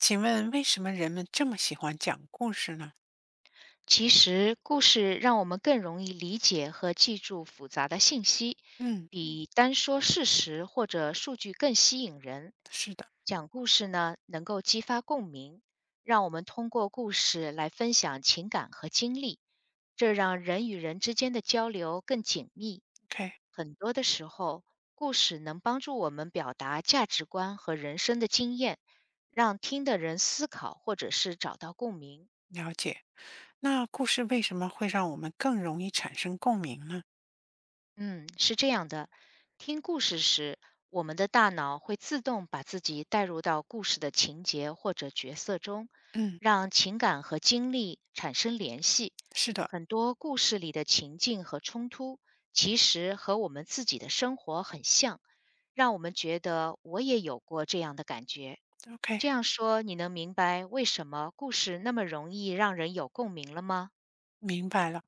请问为什么人们这么喜欢讲故事呢？其实，故事让我们更容易理解和记住复杂的信息，嗯，比单说事实或者数据更吸引人。是的讲故事呢，能够激发共鸣，让我们通过故事来分享情感和经历，这让人与人之间的交流更紧密。，OK，很多的时候，故事能帮助我们表达价值观和人生的经验，让听的人思考或者是找到共鸣。了解。那故事为什么会让我们更容易产生共鸣呢？嗯，是这样的，听故事时，我们的大脑会自动把自己带入到故事的情节或者角色中，嗯，让情感和经历产生联系。是的很多故事里的情境和冲突，其实和我们自己的生活很像，让我们觉得我也有过这样的感觉。，OK，这样说，你能明白为什么故事那么容易让人有共鸣了吗？明白了。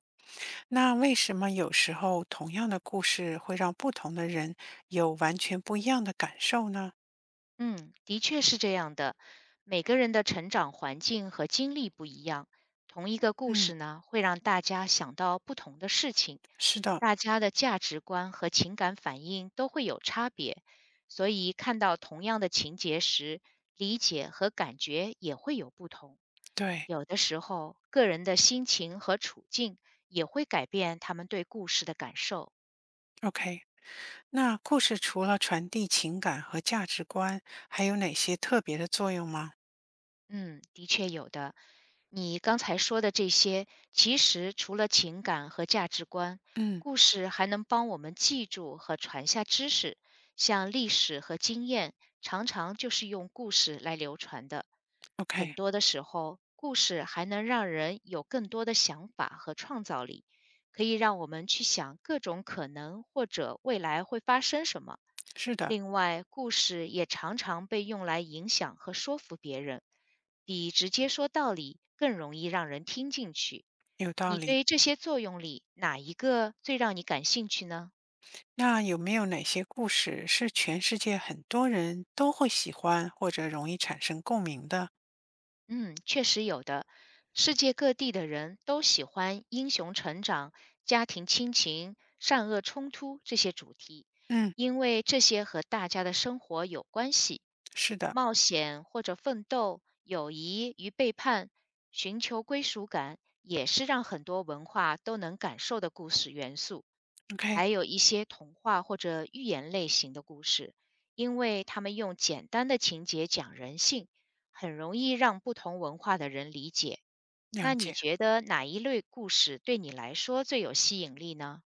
那为什么有时候同样的故事会让不同的人有完全不一样的感受呢？嗯，的确是这样的。每个人的成长环境和经历不一样，同一个故嗯，事呢，会让大家想到不同的事情，是的，大家的价值观和情感反应都会有差别，所以看到同样的情节时，理解和感觉也会有不同。对有的时候，个人的心情和处境也会改变他们对故事的感受。，OK。那故事除了传递情感和价值观，还有哪些特别的作用吗？嗯，的确有的。你刚才说的这些，其实除了情感和价值观，嗯故事还能帮我们记住和传下知识，像历史和经验，常常就是用故事来流传的。，OK，很多的时候，故事还能让人有更多的想法和创造力，可以让我们去想各种可能或者未来会发生什么。是的，另外，故事也常常被用来影响和说服别人，比直接说道理更容易让人听进去。有道你理。对这些作用里哪一个最让你感兴趣呢？那有没有哪些故事是全世界很多人都会喜欢或者容易产生共鸣的？嗯，确实有的。世界各地的人都喜欢英雄成长、家庭亲情、善恶冲突这些主题，嗯，因为这些和大家的生活有关系。是的冒险或者奋斗、友谊与背叛、寻求归属感，也是让很多文化都能感受的故事元素。，OK，还有一些童话或者寓言类型的故事，因为他们用简单的情节讲人性，很容易让不同文化的人理解。了那你解。觉得哪一类故事对你来说最有吸引力呢？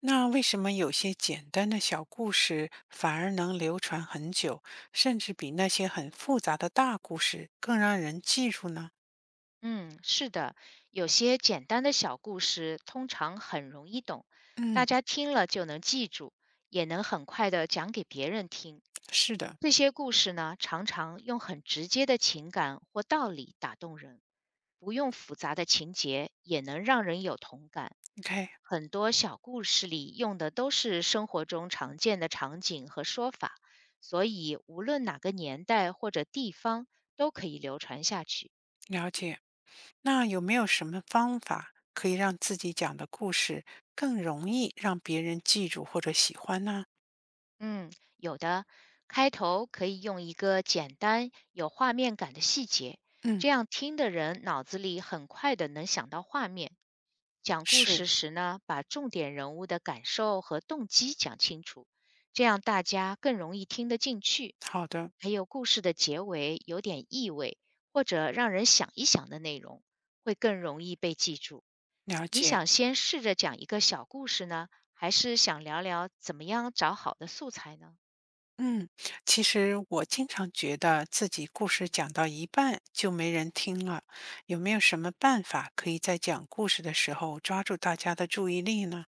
那为什么有些简单的小故事反而能流传很久，甚至比那些很复杂的大故事更让人记住呢？嗯，是的，有些简单的小故事通常很容易懂，大嗯，家听了就能记住，也能很快的讲给别人听。是的这些故事呢，常常用很直接的情感或道理打动人，不用复杂的情节也能让人有同感。，OK，很多小故事里用的都是生活中常见的场景和说法，所以无论哪个年代或者地方都可以流传下去。了解。那有没有什么方法可以让自己讲的故事更容易让别人记住或者喜欢呢？嗯，有的。开头可以用一个简单、有画面感的细节，嗯，这样听的人脑子里很快的能想到画面。讲故是，事时呢，把重点人物的感受和动机讲清楚，这样大家更容易听得进去。好的。还有故事的结尾有点意味，或者让人想一想的内容，会更容易被记住。了你解。想先试着讲一个小故事呢，还是想聊聊怎么样找好的素材呢？嗯，其实我经常觉得自己故事讲到一半就没人听了，有没有什么办法可以在讲故事的时候抓住大家的注意力呢？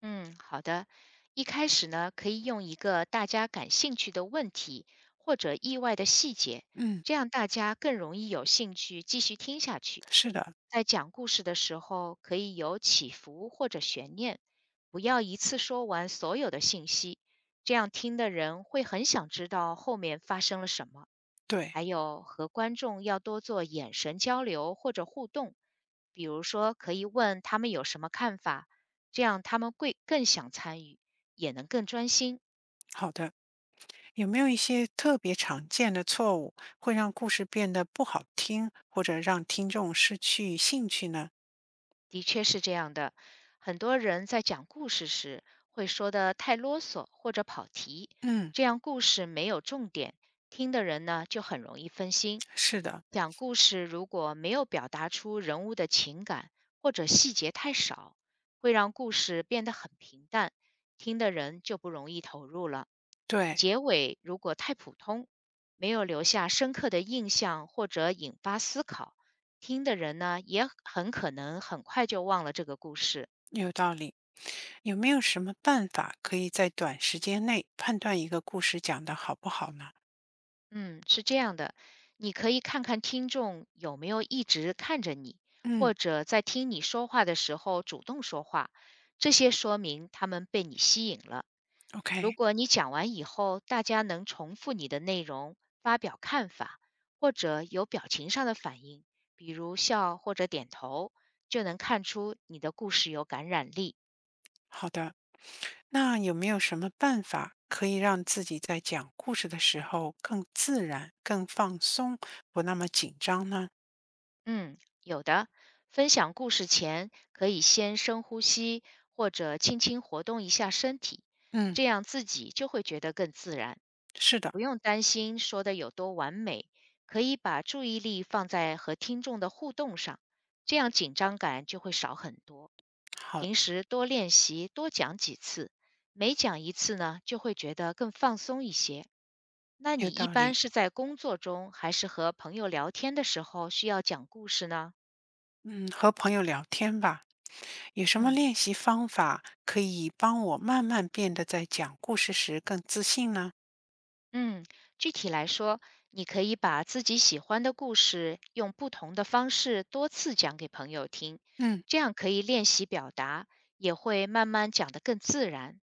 嗯，好的。一开始呢，可以用一个大家感兴趣的问题或者意外的细节，嗯，这样大家更容易有兴趣继续听下去。是的，在讲故事的时候，可以有起伏或者悬念，不要一次说完所有的信息，这样听的人会很想知道后面发生了什么。对，还有和观众要多做眼神交流或者互动，比如说可以问他们有什么看法，这样他们会更想参与，也能更专心。好的。有没有一些特别常见的错误会让故事变得不好听，或者让听众失去兴趣呢？的确是这样的，很多人在讲故事时会说的太啰嗦或者跑题，嗯，这样故事没有重点，听的人呢就很容易分心。是的，讲故事如果没有表达出人物的情感，或者细节太少，会让故事变得很平淡，听的人就不容易投入了。对，结尾如果太普通，没有留下深刻的印象或者引发思考，听的人呢也很可能很快就忘了这个故事。有道理。有没有什么办法可以在短时间内判断一个故事讲得好不好呢？嗯，是这样的，你可以看看听众有没有一直看着你，嗯。或者在听你说话的时候主动说话，这些说明他们被你吸引了。如 OK，果你讲完以后，大家能重复你的内容，发表看法，或者有表情上的反应，比如笑或者点头，就能看出你的故事有感染力。好的。那有没有什么办法可以让自己在讲故事的时候更自然、更放松，不那么紧张呢？嗯，有的。分享故事前，可以先深呼吸，或者轻轻活动一下身体，嗯，这样自己就会觉得更自然。是的，不用担心说的有多完美，可以把注意力放在和听众的互动上，这样紧张感就会少很多。好，平时多练习，多讲几次，每讲一次呢，就会觉得更放松一些。那有你一道般理。是在工作中，还是和朋友聊天的时候需要讲故事呢？嗯，和朋友聊天吧，有什么嗯。练习方法可以帮我慢慢变得在讲故事时更自信呢？嗯，具体来说，你可以把自己喜欢的故事用不同的方式多次讲给朋友听，嗯这样可以练习表达，也会慢慢讲得更自然。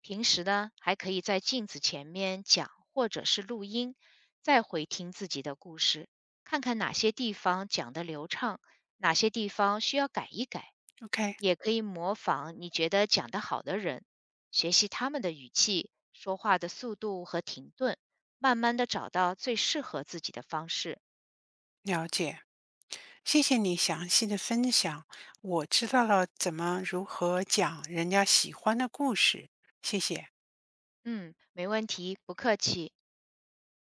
平时呢，还可以在镜子前面讲，或者是录音，再回听自己的故事，看看哪些地方讲得流畅。哪些地方需要改一改，，OK，也可以模仿你觉得讲得好的人，学习他们的语气、说话的速度和停顿，慢慢的找到最适合自己的方式。了解，谢谢你详细的分享，我知道了怎么如何讲人家喜欢的故事，谢谢。嗯，没问题，不客气。